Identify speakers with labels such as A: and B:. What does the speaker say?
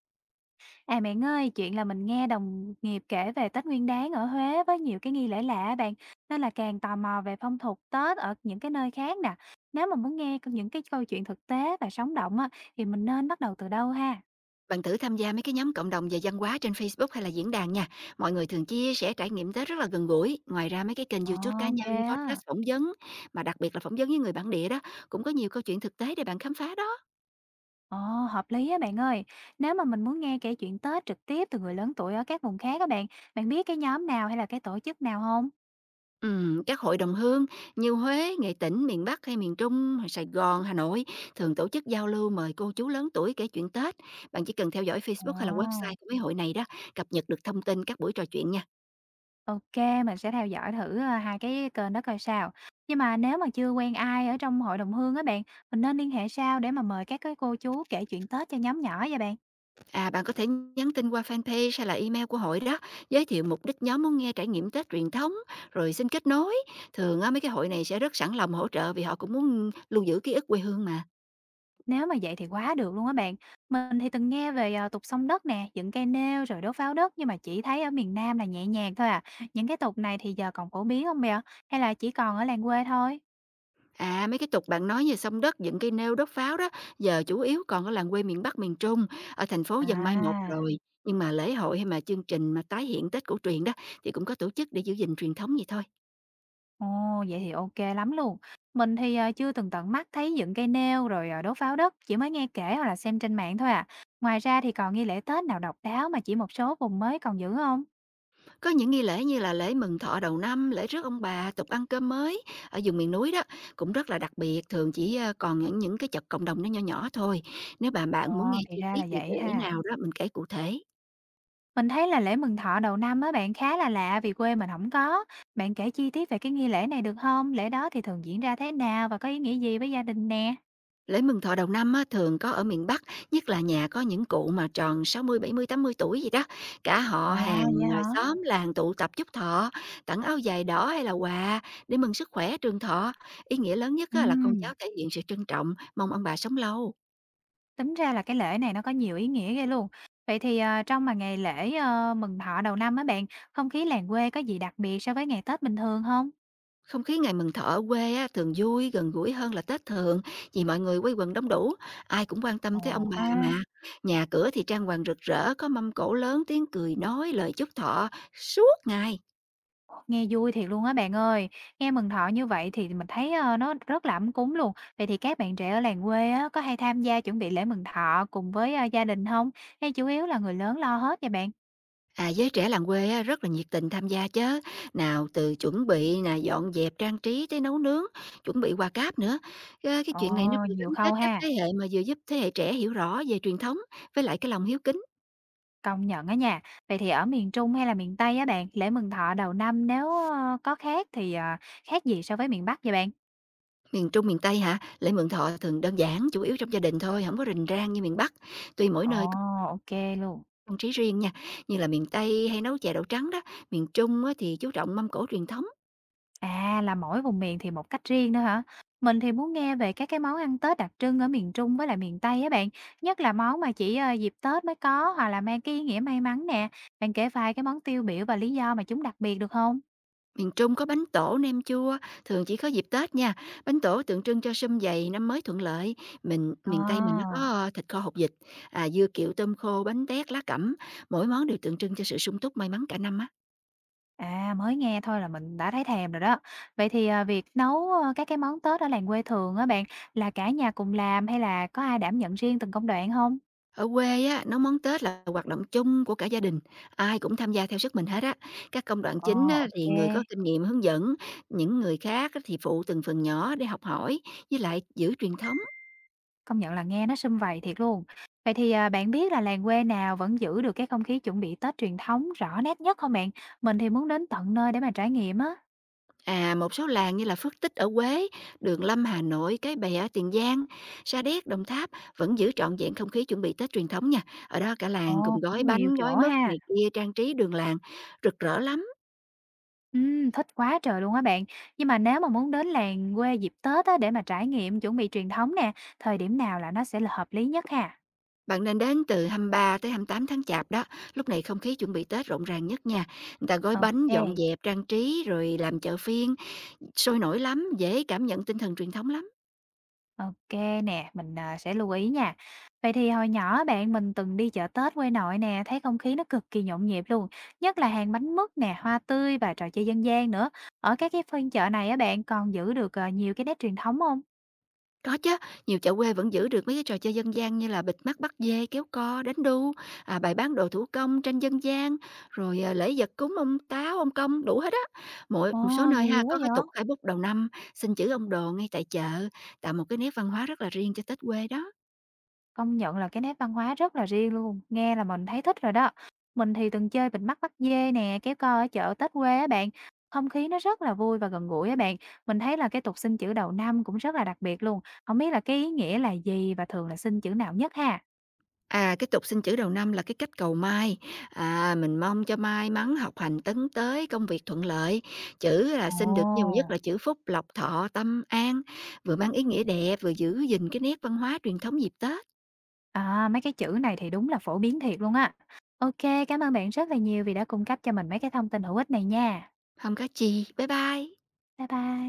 A: À, bạn ơi, chuyện là mình nghe đồng nghiệp kể về Tết Nguyên Đán ở Huế với nhiều cái nghi lễ lạ á bạn, nên là càng tò mò về phong tục Tết ở những cái nơi khác nè. Nếu mà muốn nghe những cái câu chuyện thực tế và sống động á, thì mình nên bắt đầu từ đâu ha?
B: Bạn thử tham gia mấy cái nhóm cộng đồng về văn hóa trên Facebook hay là diễn đàn nha. Mọi người thường chia sẻ trải nghiệm Tết rất là gần gũi. Ngoài ra mấy cái kênh
A: Ồ,
B: YouTube cá
A: ok
B: nhân,
A: á.
B: podcast phỏng vấn, mà đặc biệt là phỏng vấn với người bản địa đó, cũng có nhiều câu chuyện thực tế để bạn khám phá đó.
A: Ồ, hợp lý á bạn ơi. Nếu mà mình muốn nghe kể chuyện Tết trực tiếp từ người lớn tuổi ở các vùng khác á bạn, bạn biết cái nhóm nào hay là cái tổ chức nào không?
B: Các hội đồng hương như Huế, Nghệ Tĩnh, miền Bắc hay miền Trung, hay Sài Gòn, Hà Nội thường tổ chức giao lưu mời cô chú lớn tuổi kể chuyện Tết. Bạn chỉ cần theo dõi
A: Ồ.
B: Facebook hay là website của mấy hội này đó, cập nhật được thông tin các buổi trò chuyện nha.
A: OK, mình sẽ theo dõi thử, hai cái kênh đó coi sao. Nhưng mà nếu mà chưa quen ai ở trong hội đồng hương á bạn, mình nên liên hệ sao để mà mời các cái cô chú kể chuyện Tết cho nhóm nhỏ vậy bạn?
B: À, bạn có thể nhắn tin qua fanpage hay là email của hội đó, giới thiệu mục đích nhóm muốn nghe trải nghiệm Tết truyền thống, rồi xin kết nối. Thường á, mấy cái hội này sẽ rất sẵn lòng hỗ trợ vì họ cũng muốn lưu giữ ký ức quê hương mà.
A: Nếu mà vậy thì quá được luôn á bạn. Mình thì từng nghe về, tục xông đất nè, dựng cây nêu rồi đốt pháo đất nhưng mà chỉ thấy ở miền Nam là nhẹ nhàng thôi à. Những cái tục này thì giờ còn phổ biến hông vậy? Hay là chỉ còn ở làng quê thôi?
B: À, mấy cái tục bạn nói như sông đất, dựng cây nêu, đốt pháo đó, giờ chủ yếu còn ở làng quê miền Bắc, miền Trung, ở thành phố dần mai một
A: À.
B: rồi. Nhưng mà lễ hội hay mà chương trình mà tái hiện Tết cổ truyền đó thì cũng có tổ chức để giữ gìn truyền thống vậy thôi.
A: Ồ, vậy thì ok lắm luôn. Mình thì, chưa từng tận mắt thấy dựng cây nêu rồi, đốt pháo đất, chỉ mới nghe kể hoặc là xem trên mạng thôi à. Ngoài ra thì còn nghi lễ Tết nào độc đáo mà chỉ một số vùng mới còn giữ không?
B: Có những nghi lễ như là lễ mừng thọ đầu năm, lễ rước ông bà, tục ăn cơm mới ở vùng miền núi đó cũng rất là đặc biệt, thường chỉ, còn những cái chật cộng đồng nó nho nhỏ thôi. Nếu mà
A: Ờ,
B: bạn muốn nghe
A: thì
B: chi
A: ra
B: tiết
A: là
B: về
A: vậy
B: cái lễ
A: ha.
B: nào đó, mình kể cụ thể.
A: Mình thấy là lễ mừng thọ đầu năm á bạn khá là lạ vì quê mình không có. Bạn kể chi tiết về cái nghi lễ này được không? Lễ đó thì thường diễn ra thế nào và có ý nghĩa gì với gia đình nè?
B: Lễ mừng thọ đầu năm á, thường có ở miền Bắc, nhất là nhà có những cụ mà tròn 60, 70, 80 tuổi gì đó, cả họ
A: Ờ,
B: hàng,
A: vậy
B: ờ,
A: hả?
B: xóm làng tụ tập chúc thọ, tặng áo dài đỏ hay là quà để mừng sức khỏe, trường thọ. Ý nghĩa lớn nhất á là con
A: Ừm.
B: cháu thể hiện sự trân trọng, mong ông bà sống lâu.
A: Tính ra là cái lễ này nó có nhiều ý nghĩa ghê luôn. Vậy thì, trong mà ngày lễ, mừng thọ đầu năm á bạn, không khí làng quê có gì đặc biệt so với ngày Tết bình thường không?
B: Không khí ngày mừng thọ ở quê á, thường vui, gần gũi hơn là Tết thường vì mọi người quây quần đông đủ, ai cũng quan
A: Ồ
B: tâm tới ông bà
A: ha.
B: mà. Nhà cửa thì trang hoàng rực rỡ, có mâm cỗ lớn, tiếng cười nói, lời chúc thọ suốt ngày.
A: Nghe vui thiệt luôn á bạn ơi. Nghe mừng thọ như vậy thì mình thấy, nó rất là ấm cúng luôn. Vậy thì các bạn trẻ ở làng quê á, có hay tham gia chuẩn bị lễ mừng thọ cùng với, gia đình không? Hay chủ yếu là người lớn lo hết vậy bạn?
B: À, giới trẻ làng quê á, rất là nhiệt tình tham gia chứ. Nào từ chuẩn bị nè, dọn dẹp trang trí tới nấu nướng, chuẩn bị quà cáp nữa. Cái
A: Ồ,
B: chuyện này nó vừa
A: nhiều
B: gắn
A: khâu
B: kết các thế
A: ha.
B: hệ mà vừa giúp thế hệ trẻ hiểu rõ về truyền thống với lại cái lòng hiếu kính.
A: Công nhận á nha. Vậy thì ở miền Trung hay là miền Tây á bạn, lễ mừng thọ đầu năm nếu, có khác thì, khác gì so với miền Bắc vậy bạn?
B: Miền Trung, miền Tây hả? Lễ Mượn Thọ thường đơn giản, chủ yếu trong gia đình thôi, không có rình rang như miền Bắc. Tuy mỗi
A: Ồ,
B: nơi có
A: ok luôn.
B: trang trí riêng nha, như là miền Tây hay nấu chè đậu trắng đó, miền Trung á thì chú trọng mâm cỗ truyền thống.
A: À, là mỗi vùng miền thì một cách riêng nữa hả? Mình thì muốn nghe về các cái món ăn Tết đặc trưng ở miền Trung với lại miền Tây á bạn, nhất là món mà chỉ, dịp Tết mới có hoặc là mang cái ý nghĩa may mắn nè. Bạn kể vài cái món tiêu biểu và lý do mà chúng đặc biệt được không?
B: Miền Trung có bánh tổ, nem chua, thường chỉ có dịp Tết nha. Bánh tổ tượng trưng cho sum vầy, năm mới thuận lợi. Mình
A: Ờ.
B: miền Tây mình nó có thịt kho hột vịt, à, dưa kiệu, tôm khô, bánh tét, lá cẩm, mỗi món đều tượng trưng cho sự sung túc, may mắn cả năm á.
A: À, mới nghe thôi là mình đã thấy thèm rồi đó. Vậy thì, việc nấu, các cái món Tết ở làng quê thường á bạn, là cả nhà cùng làm hay là có ai đảm nhận riêng từng công đoạn không?
B: Ở quê á, nấu món Tết là hoạt động chung của cả gia đình, ai cũng tham gia theo sức mình hết á. Các công đoạn
A: Ờ,
B: chính á,
A: ok,
B: thì người có kinh nghiệm hướng dẫn, những người khác á, thì phụ từng phần nhỏ để học hỏi, với lại giữ truyền thống.
A: công nhận là nghe nó sum vầy thiệt luôn. Vậy thì, bạn biết là làng quê nào vẫn giữ được cái không khí chuẩn bị Tết truyền thống rõ nét nhất không bạn? Mình thì muốn đến tận nơi để mà trải nghiệm á.
B: À, một số làng như là Phước Tích ở Quế, Đường Lâm Hà Nội, Cái Bè ở Tiền Giang, Sa Đéc Đồng Tháp vẫn giữ trọn vẹn không khí chuẩn bị Tết truyền thống nha. Ở đó cả làng
A: Ồ,
B: cùng gói
A: cũng nhiều
B: bánh, gói
A: chỗ
B: mứt
A: ha.
B: này kia trang trí đường làng rực rỡ lắm.
A: Thích quá trời luôn á bạn. Nhưng mà nếu mà muốn đến làng quê dịp Tết á, để mà trải nghiệm chuẩn bị truyền thống nè, thời điểm nào là nó sẽ là hợp lý nhất ha?
B: Bạn nên đến từ 23 tới 28 tháng Chạp đó, lúc này không khí chuẩn bị Tết rộn ràng nhất nha. Người ta gói
A: Ok,
B: bánh, dọn dẹp,
A: ok
B: trang trí rồi làm chợ phiên, sôi nổi lắm, dễ cảm nhận tinh thần truyền thống lắm.
A: nè, mình, sẽ lưu ý nha. Vậy thì hồi nhỏ bạn, mình từng đi chợ Tết quê nội nè, thấy không khí nó cực kỳ nhộn nhịp luôn, nhất là hàng bánh mứt nè, hoa tươi và trò chơi dân gian nữa. Ở các cái phiên chợ này á bạn, còn giữ được, nhiều cái nét truyền thống không?
B: Có chứ, nhiều chợ quê vẫn giữ được mấy cái trò chơi dân gian như là bịt mắt bắt dê, kéo co, đánh đu, à, bày bán đồ thủ công, tranh dân gian, rồi à, lễ vật cúng ông Táo, ông Công, đủ hết á. Mỗi
A: Ồ,
B: một số nơi ha
A: nhiều quá
B: có cái
A: vậy!
B: tục khai bút đầu năm, xin chữ ông đồ ngay tại chợ, tạo một cái nét văn hóa rất là riêng cho Tết quê đó.
A: Công nhận là cái nét văn hóa rất là riêng luôn, nghe là mình thấy thích rồi đó. Mình thì từng chơi bịt mắt bắt dê nè, kéo co ở chợ Tết quê á bạn. Không khí nó rất là vui và gần gũi á bạn. Mình thấy là cái tục xin chữ đầu năm cũng rất là đặc biệt luôn. Không biết là cái ý nghĩa là gì và thường là xin chữ nào nhất ha?
B: À, cái tục xin chữ đầu năm là cái cách cầu may, à, mình mong cho may mắn, học hành tấn tới, công việc thuận lợi. Chữ là
A: Ồ.
B: xin được nhiều nhất là chữ phúc, lộc, thọ, tâm an, vừa mang ý nghĩa đẹp, vừa giữ gìn cái nét văn hóa truyền thống dịp Tết.
A: À, mấy cái chữ này thì đúng là phổ biến thiệt luôn á. Ok, cảm ơn bạn rất là nhiều vì đã cung cấp cho mình mấy cái thông tin hữu ích này nha.
B: Không cá chi. Bye bye.
A: Bye bye.